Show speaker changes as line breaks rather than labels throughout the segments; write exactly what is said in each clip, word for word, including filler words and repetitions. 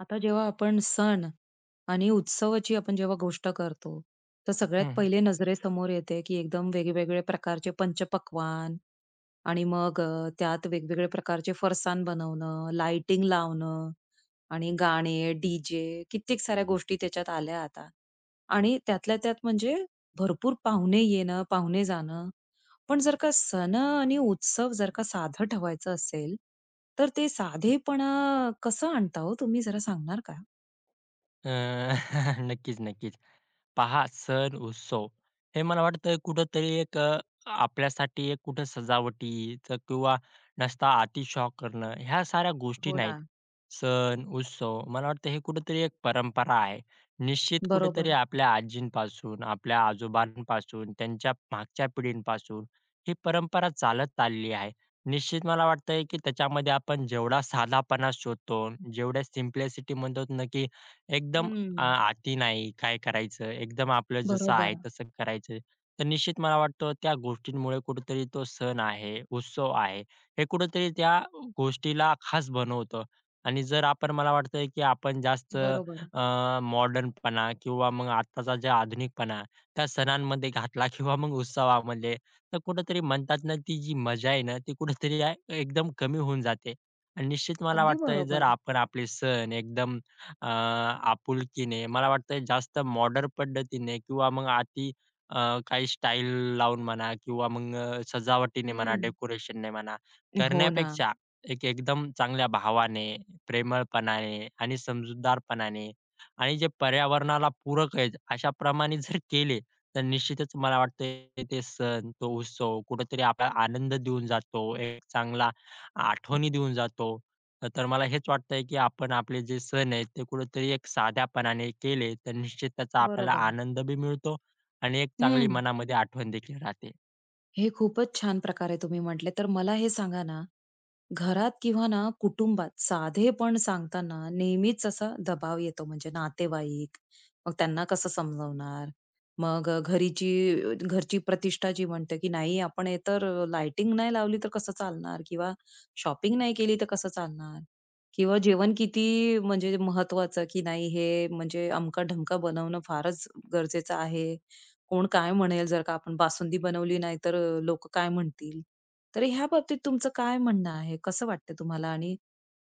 आता जेव्हा आपण सण आणि उत्सवाची आपण जेव्हा गोष्ट करतो, तर सगळ्यात
हं, हं.
पहिले नजरेसमोर येते, की एकदम वेगवेगळे प्रकारचे पंचपक्वान्न आणि मग अ, त्यात वेगवेगळे प्रकारचे फरसाण बनवणं, लाइटिंग लावणं आणि गाणे, डी कित्येक साऱ्या गोष्टी त्याच्यात आल्या आता. आणि त्यातल्या त्यात म्हणजे भरपूर पाहुणे येणं, पाहुणे जाणं पण जर का सण आणि उत्सव जर का साधं ठेवायचं असेल, तर ते साधेपणा कसं आणता हो तुम्ही जरा सांगणार का?
अ, नक्कीच, नक्कीच. पहा, सण उत्सव हे मला वाटतं कुठंतरी एक अ, आपल्यासाठी एक कुठं सजावटीचं किंवा नसता अतिशॉक करणं ह्या साऱ्या गोष्टी
हो ना.
नाहीत. सण उत्सव मला वाटतं हे कुठेतरी एक परंपरा आहे. निश्चित कुठेतरी
बरोबर.
आपल्या आजींपासून, आपल्या आजोबांपासून, त्यांच्या मागच्या पिढींपासून ही परंपरा चालत आलेली आहे. निश्चित मला वाटतंय की त्याच्यामध्ये आपण जेवढा साधापणा शोधतो, जेवढ्या सिम्प्लिसिटी म्हणतो ना की एकदम
हं.
आ, अति नाही, काय करायचं? एकदम आपलं जसं आहे
बरोबर,
तसं करायचं. तर निश्चित मला वाटतं त्या गोष्टींमुळे कुठेतरी तो सण आहे, उत्सव आहे, हे कुठेतरी त्या गोष्टीला खास बनवतं. आणि जर आपण मला वाटतंय की आपण जास्त
बरोबर.
अ, मॉडर्नपणा किंवा मग आत्ताचा जे आधुनिकपणा त्या सणांमध्ये घातला किंवा मग उत्सवामध्ये, तर कुठेतरी म्हणतात ना ती जी मजा आहे ना, ती कुठेतरी एकदम कमी होऊन जाते. आणि निश्चित मला
अगदी
वाटतंय जर
बरोबर.
आपण आपले सण एकदम अ, आपुलकीने मला वाटतं जास्त मॉडर्न पद्धतीने किंवा मग अति अ, काही स्टाईल लावून म्हणा किंवा मग अ, सजावटीने म्हणा,
हं.
डेकोरेशनने म्हणा
हो ना.
करण्यापेक्षा एक एकदम चांगल्या भावाने, प्रेमळपणाने आणि समजूतदारपणाने आणि जे पर्यावरणाला पूरक आहेत अशाप्रमाणे जर केले, तर निश्चितच मला वाटतंय ते सण, तो उत्सव कुठेतरी आपल्याला आनंद देऊन जातो. एक चांगला आठवणी देऊन जातो. तर मला हेच वाटतंय, की आपण आपले जे सण आहेत, ते कुठेतरी एक साध्यापणाने केले, तर निश्चित त्याचा आपल्याला
बरोबर.
आनंद बी मिळतो आणि एक चांगली
हं.
मनामध्ये आठवण देखील राहते.
हे खूपच छान प्रकारे तुम्ही म्हटले. तर मला हे सांगा ना, घरात किंवा ना कुटुंबात साधेपण सांगताना नेहमीच असा दबाव येतो. म्हणजे नातेवाईक, मग त्यांना कसं समजवणार? मग घरीची अ, घरची प्रतिष्ठा जी म्हणते, की नाही आपण हे तर लाइटिंग नाही लावली तर कसं चालणार? किंवा शॉपिंग नाही केली तर कसं चालणार? किंवा जेवण किती म्हणजे महत्वाचं, की नाही हे म्हणजे अमकं-ढमकं बनवणं फारच गरजेचं आहे. कोण काय म्हणेल? जर का आपण बासुंदी बनवली नाही तर अ, काय म्हणतील? तर ह्या बाबतीत तुमचं काय म्हणणं आहे? कसं वाटतं तुम्हाला आणि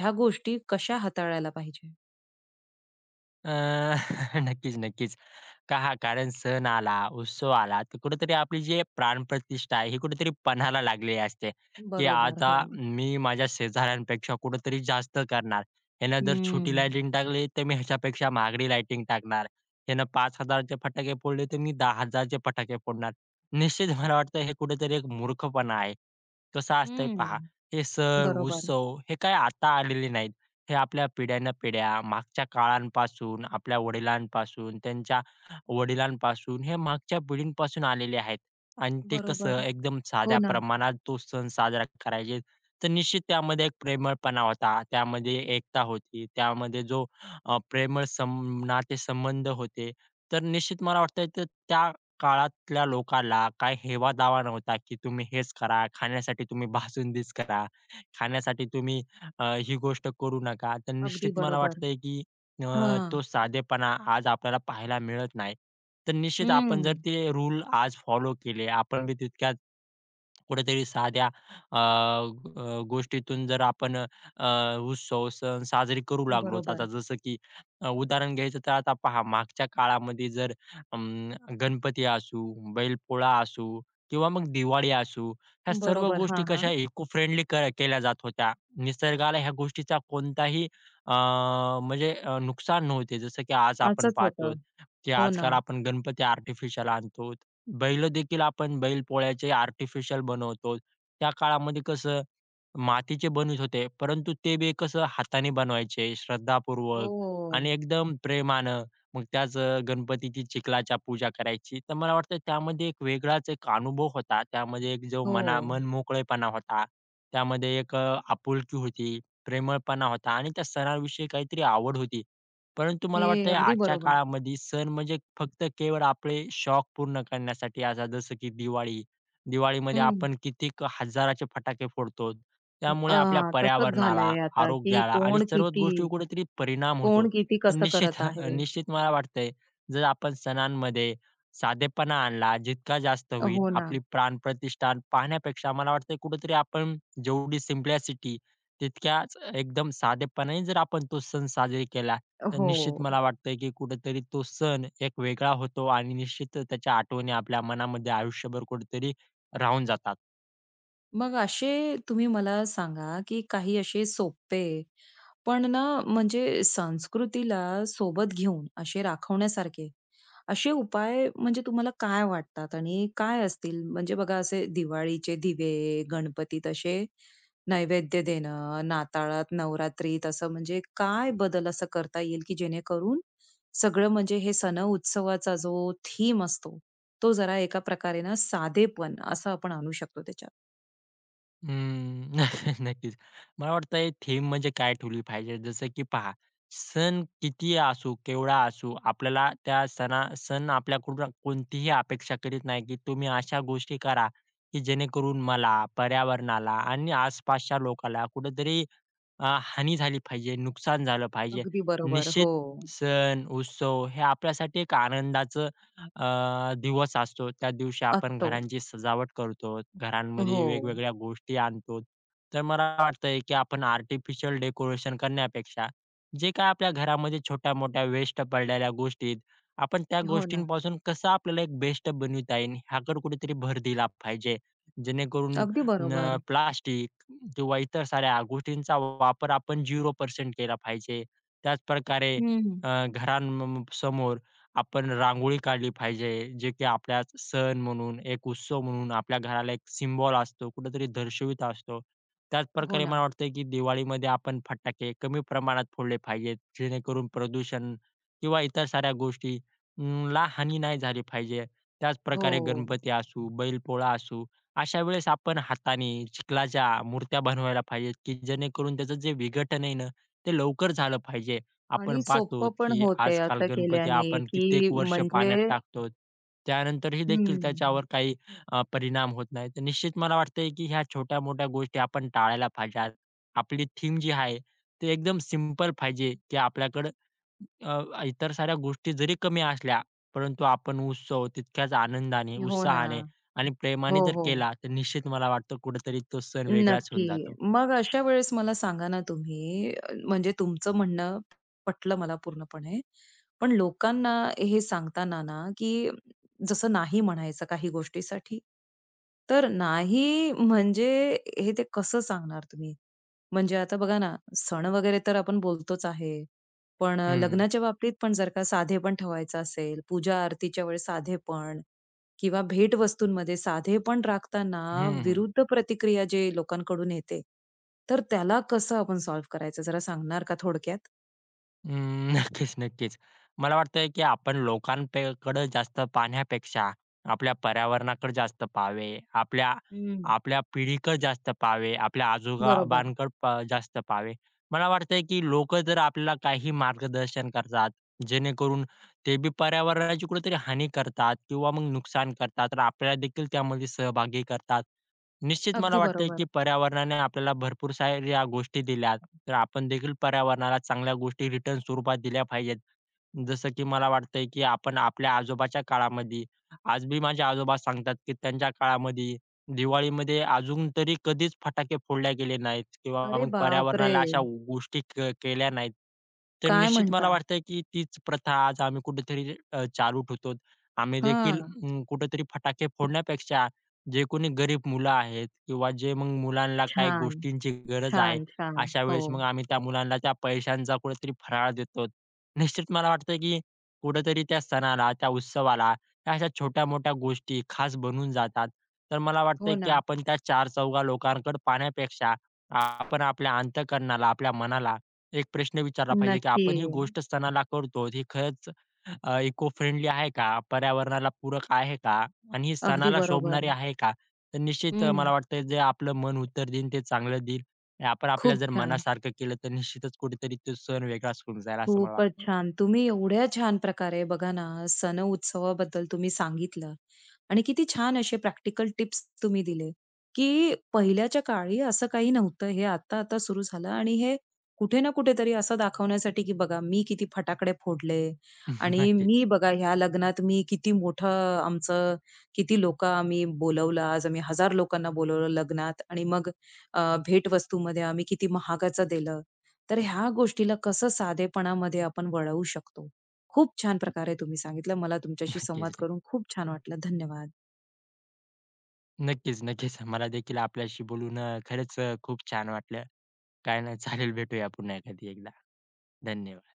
ह्या गोष्टी कशा हाताळायला पाहिजे?
अ, नक्कीच, नक्कीच. का हा, कारण सण आला, उत्सव आला, तर कुठेतरी आपली जी प्राणप्रतिष्ठा आहे, ही कुठेतरी पणाला लागलेली असते, की
बरोबर,
आता
हो.
मी माझ्या शेजाऱ्यांपेक्षा कुठेतरी जास्त करणार. ह्यानं जर छोटी
हं.
लायटिंग टाकली, तर मी ह्याच्यापेक्षा महागडी लायटिंग टाकणार. ह्यानं पाच हजार चे फटाके फोडले, तर मी दहा हजार चे फटाके फोडणार. निश्चित मला वाटतं हे कुठेतरी एक मूर्खपणा आहे. कसं असतंय पहा,
हं.
हे सण,
बरोबर,
उत्सव हे काय आता आलेले नाहीत. हे आपल्या पिढ्यानपिढ्या मागच्या काळांपासून, आपल्या वडिलांपासून, त्यांच्या वडिलांपासून, हे मागच्या पिढींपासून आलेले आहेत. आणि ते कसं
बरोबर.
एकदम
हो
साध्या
ना.
प्रमाणात तो सण साजरा करायचे. तर निश्चित त्यामध्ये एक प्रेमळपणा होता, त्यामध्ये एकता होती, त्यामध्ये जो अ, प्रेमळ सम नातेसंबंध होते. तर निश्चित मला वाटतंय तर त्या काळातल्या लोकाला काही हेवा-दावा नव्हता, की तुम्ही हेच करा, खाण्यासाठी तुम्ही भासुंदीच करा, खाण्यासाठी तुम्ही अ, ही गोष्ट करू नका. तर
अगदी
निश्चित मला
बरोबर.
वाटतंय, की अ,
हां.
तो साधेपणा आज आपल्याला पाहायला मिळत नाही. तर निश्चित
हं.
आपण जर ते रूल आज फॉलो केले, आपण बी तितक्याच कुठेतरी साध्या अ, अ, गोष्टीतून जर आपण अ, उत्सव, सण साजरे करू लागलो. आता
बरोबर,
जसं की अ, उदाहरण घ्यायचं तर आता पहा मागच्या काळामध्ये जर अं, गणपती असू, बैलपोळा असू किंवा मग दिवाळी असू, ह्या सर्व
बरोबर.
गोष्टी
हां, हां.
कशा इको फ्रेंडली क केल्या जात होत्या. निसर्गाला ह्या गोष्टीचा कोणताही अ, म्हणजे अ, नुकसान नव्हते. जसं की आज आपण
असंच
पाहतो,
होतं.
की
हो ना.
आजकाल आपण गणपती आर्टिफिशियल आणतो. बैल देखील आपण बैल पोळ्याचे आर्टिफिशियल बनवतो. त्या काळामध्ये कसं मातीचे बनवीत होते, परंतु ते बी कसं हाताने बनवायचे श्रद्धापूर्वक
हो,
आणि एकदम प्रेमानं. मग त्याच अ, गणपतीची चिखलाच्या पूजा करायची. तर मला वाटतं त्यामध्ये एक वेगळाच एक अनुभव होता. त्यामध्ये एक जो
हो.
मना मनमोकळेपणा होता. त्यामध्ये एक अ, आपुलकी होती, प्रेमळपणा होता आणि त्या सणाविषयी काहीतरी आवड होती. परंतु
हे
मला वाटतंय
अगदी
आजच्या
बरोबर.
काळामध्ये सण म्हणजे फक्त केवळ आपले शौक पूर्ण करण्यासाठी असा जसं की दिवाळी. दिवाळीमध्ये
हं.
आपण कितीक हजाराचे फटाके फोडतो. त्यामुळे
अ,
आपल्या
तसंच
पर्यावरणाला,
झालंय आता, की
आरोग्याला आणि
कोण
सर्वच
किती
गोष्टीवर कुठेतरी परिणाम होतो.
कोण किती
तर
कसं
निश्चित
करत आहे.
निश्चित मला वाटतंय जर आपण सणांमध्ये साधेपणा आणला जितका जास्त होईल,
हो ना.
आपली प्राणप्रतिष्ठा पाहण्यापेक्षा मला वाटतंय कुठेतरी आपण जेवढी सिम्प्लिसिटी तितक्याच एकदम साधेपणाने जर आपण तो सण साजरे केला, तर
हो.
निश्चित मला वाटतंय की कुठेतरी तो सण एक वेगळा होतो आणि निश्चित त्याच्या आठवणी आपल्या मनामध्ये आयुष्यभर कुठेतरी राहून जातात.
मग असे तुम्ही मला सांगा, की काही असे सोपे, पण ना म्हणजे संस्कृतीला सोबत घेऊन असे राखवण्यासारखे, असे उपाय म्हणजे तुम्हाला काय वाटतात आणि काय असतील? म्हणजे बघा असे दिवाळीचे दिवे, गणपतीत असे नैवेद्य देणं, नाताळात, नवरात्रीत असं म्हणजे काय बदल असं करता येईल, की जेणेकरून सगळं म्हणजे हे सण-उत्सवाचा जो थीम असतो, तो जरा एका प्रकारे ना साधेपण असं आपण आणू शकतो.
हम्म. नक्कीच. मला वाटतं थीम म्हणजे काय ठेवली पाहिजे? जसं की पहा, सण कितीही असू, केवढा असू, आपल्याला त्या सणा सण आपल्याकडून कोणतीही अपेक्षा करीत नाही, की तुम्ही अशा गोष्टी करा, की जेणेकरून मला, पर्यावरणाला आणि आसपासच्या लोकाला कुठेतरी अ, हानी झाली पाहिजे, नुकसान झालं पाहिजे.
अगदी बरोबर.
निश्चित
हो.
सण, उत्सव हे आपल्यासाठी एक आनंदाचं अ, दिवस असतो. त्या दिवशी आपण
असतो.
घरांची सजावट करतो, घरांमध्ये
हो.
वेगवेगळ्या गोष्टी आणतो. तर मला वाटतंय, की आपण आर्टिफिशियल डेकोरेशन करण्यापेक्षा जे काही आपल्या घरामध्ये छोट्या-मोठ्या वेस्ट पडलेल्या गोष्टी आहेत, आपण त्या
हो ना.
गोष्टींपासून कसं आपल्याला एक बेस्ट बनविता येईल, ह्याकडे कुठेतरी भर दिला पाहिजे. जेणेकरून
अगदी बरोबर.
प्लास्टिक किंवा इतर साऱ्या गोष्टींचा वापर आपण शून्य टक्के केला पाहिजे. त्याचप्रकारे
हं, हं.
अ, घरां समोर आपण रांगोळी काढली पाहिजे, जे की आपल्या सण म्हणून, एक उत्सव म्हणून आपल्या घराला एक सिम्बॉल असतो, कुठेतरी दर्शवित असतो.
हो
त्याचप्रकारे
ना.
मला वाटतंय की दिवाळीमध्ये आपण फटाके कमी प्रमाणात फोडले पाहिजेत, जेणेकरून प्रदूषण किंवा इतर साऱ्या गोष्टी अं, ला हानी नाही झाली पाहिजे. त्याचप्रकारे
हो.
गणपती असू, बैलपोळा असू अशा वेळेस आपण हाताने चिखलाच्या मूर्त्या बनवायला पाहिजेत, की जेणेकरून त्याचं जे विघटन आहे ना, ते लवकर झालं पाहिजे.
आणि
आपण पाहतो,
सोपं पण
की
होते
आजकाल
असं
गणपती
केल्याने,
आपण
की
कित्येक वर्ष
म्हणजे
पाण्यात टाकतो. त्यानंतरही देखील त्याच्यावर
हं.
काही अ, परिणाम होत नाही. तर निश्चित मला वाटतंय, की ह्या छोट्या-मोठ्या गोष्टी आपण टाळायला पाहिजेत. आपली थीम जी आहे, ती एकदम सिंपल पाहिजे, की आपल्याकडं अ, इतर साऱ्या गोष्टी जरी कमी असल्या, परंतु आपण उत्सव तितक्याच आनंदाने,
हो ना.
उत्साहाने आणि
हो,
प्रेमाने जर
हो.
केला, तर निश्चित मला वाटतं कुठेतरी तो सण वेगळाच
नक्की.
होऊन जातो.
मग अशा वेळेस मला सांगा ना तुम्ही अ, म्हणजे तुमचं म्हणणं पटलं मला पूर्णपणे. पण लोकांना हे सांगताना ना, की जसं नाही म्हणायचं काही गोष्टीसाठी. तर नाही म्हणजे हे ते कसं सांगणार तुम्ही? म्हणजे आता बघा ना, सण वगैरे तर आपण बोलतोच आहे. पण अ,
हं, हं.
लग्नाच्या बाबतीत पण जर का साधेपण ठेवायचं असेल, पूजा आरतीच्या वेळेस साधेपण किंवा भेटवस्तूंमध्ये साधेपण राखताना
हं,
विरुद्ध प्रतिक्रिया जे लोकांकडून येते, तर त्याला कसं आपण सॉल्व्ह करायचं जरा सांगणार का थोडक्यात?
अं, नक्कीच, नक्कीच. मला वाटतंय, की आपण लोकांकडे जास्त पाहण्यापेक्षा आपल्या पर्यावरणाकडे जास्त पाहावे, आपल्या
हं.
आपल्या पिढीकडे जास्त पाहावे, आपल्या
बरोबर.
आजोबांकडे प जास्त पाहावे. मला वाटतंय, की लोकं जर आपल्याला काही मार्गदर्शन करतात, जेणेकरून ते बी पर्यावरणाची कुठेतरी हानी करतात किंवा मग नुकसान करतात, तर आपल्याला देखील त्यामध्ये सहभागी करतात. निश्चित मला
अगदी
वाटतंय, की
बरोबर.
पर्यावरणाने आपल्याला भरपूर साऱ्या गोष्टी दिल्यात. तर आपण देखील पर्यावरणाला चांगल्या गोष्टी रिटर्न स्वरूपात दिल्या पाहिजेत. जसं की मला वाटतंय की आपण आपल्या आजोबाच्या काळामध्ये, आज बी माझे आजोबा सांगतात की त्यांच्या काळामध्ये दिवाळीमध्ये अजून तरी कधीच फटाके फोडले गेले नाहीत किंवा
अरे
मग
बापरे!
पर्यावरणाला अशा गोष्टी के केल्या नाहीत. तर
काय
निश्चित मला
म्हणता?
वाटतंय की तीच प्रथा आज आम्ही कुठेतरी अ, चालू ठेवतो. आम्ही देखील
हां.
अं, कुठेतरी फटाके फोडण्यापेक्षा जे कोणी गरीब मुलं आहेत किंवा जे मग मुलांना काही
छान,
गोष्टींची गरज आहे,
छान, छान.
अशा
हो.
वेळेस मग आम्ही त्या मुलांना त्या पैशांचा कुठेतरी फराळ देतो. निश्चित मला वाटतं, की कुठेतरी त्या सणाला, त्या उत्सवाला, त्या अशा छोट्या-मोठ्या गोष्टी खास बनून जातात. तर मला वाटतं,
हो
की
ना.
आपण त्या चार-चौघा लोकांकडे पाहण्यापेक्षा आपण आपल्या अंतःकरणाला, आपल्या मनाला एक प्रश्न विचारला पाहिजे, की
नक्की.
आपण ही गोष्ट सणाला करतो, ही खरंच इको फ्रेंडली आहे का? पर्यावरणाला पूरक आहे का? आणि ही
अगदी
सणाला
बरोबर.
शोभणारी आहे का? तर निश्चित अ, मला
हं.
वाटतं, जे आपलं मन उत्तर देईल ते चांगलं देईल. आणि आपण आपल्या
खूप
जर
छान.
मनासारखं केलं, तर निश्चितच कुठेतरी तो सण वेगळाच होऊन जाईल, असं मला
खूपच
वाटतं.
छान. तुम्ही एवढ्या छान प्रकारे बघा ना, सण उत्सवाबद्दल तुम्ही सांगितलं आणि किती छान असे प्रॅक्टिकल टिप्स तुम्ही दिले, की पहिल्याच्या काळी असं काही नव्हतं. हे आता-आता सुरू झालं आणि हे कुठे ना कुठेतरी असं दाखवण्यासाठी, की बघा मी किती फटाकडे फोडले आणि
नक्कीच,
मी बघा ह्या लग्नात मी किती मोठं आमचं किती लोकं आम्ही बोलावलं. आज आम्ही हजार लोकांना बोलावलं लग्नात आणि मग अ, भेटवस्तूमध्ये आम्ही किती महागाचं दिलं. तर ह्या गोष्टीला कसं साधेपणामध्ये आपण वळवू शकतो. खूप छान प्रकारे तुम्ही सांगितलं. मला तुमच्याशी
नक्कीच.
संवाद
नाही
करून खूप छान वाटलं. धन्यवाद.
नक्कीच, नक्कीच. मला देखील आपल्याशी बोलून अ, खरंच अ, खूप छान वाटलं. काय नाही चालेल भेटूया पुन्हा कधी एकदा. धन्यवाद.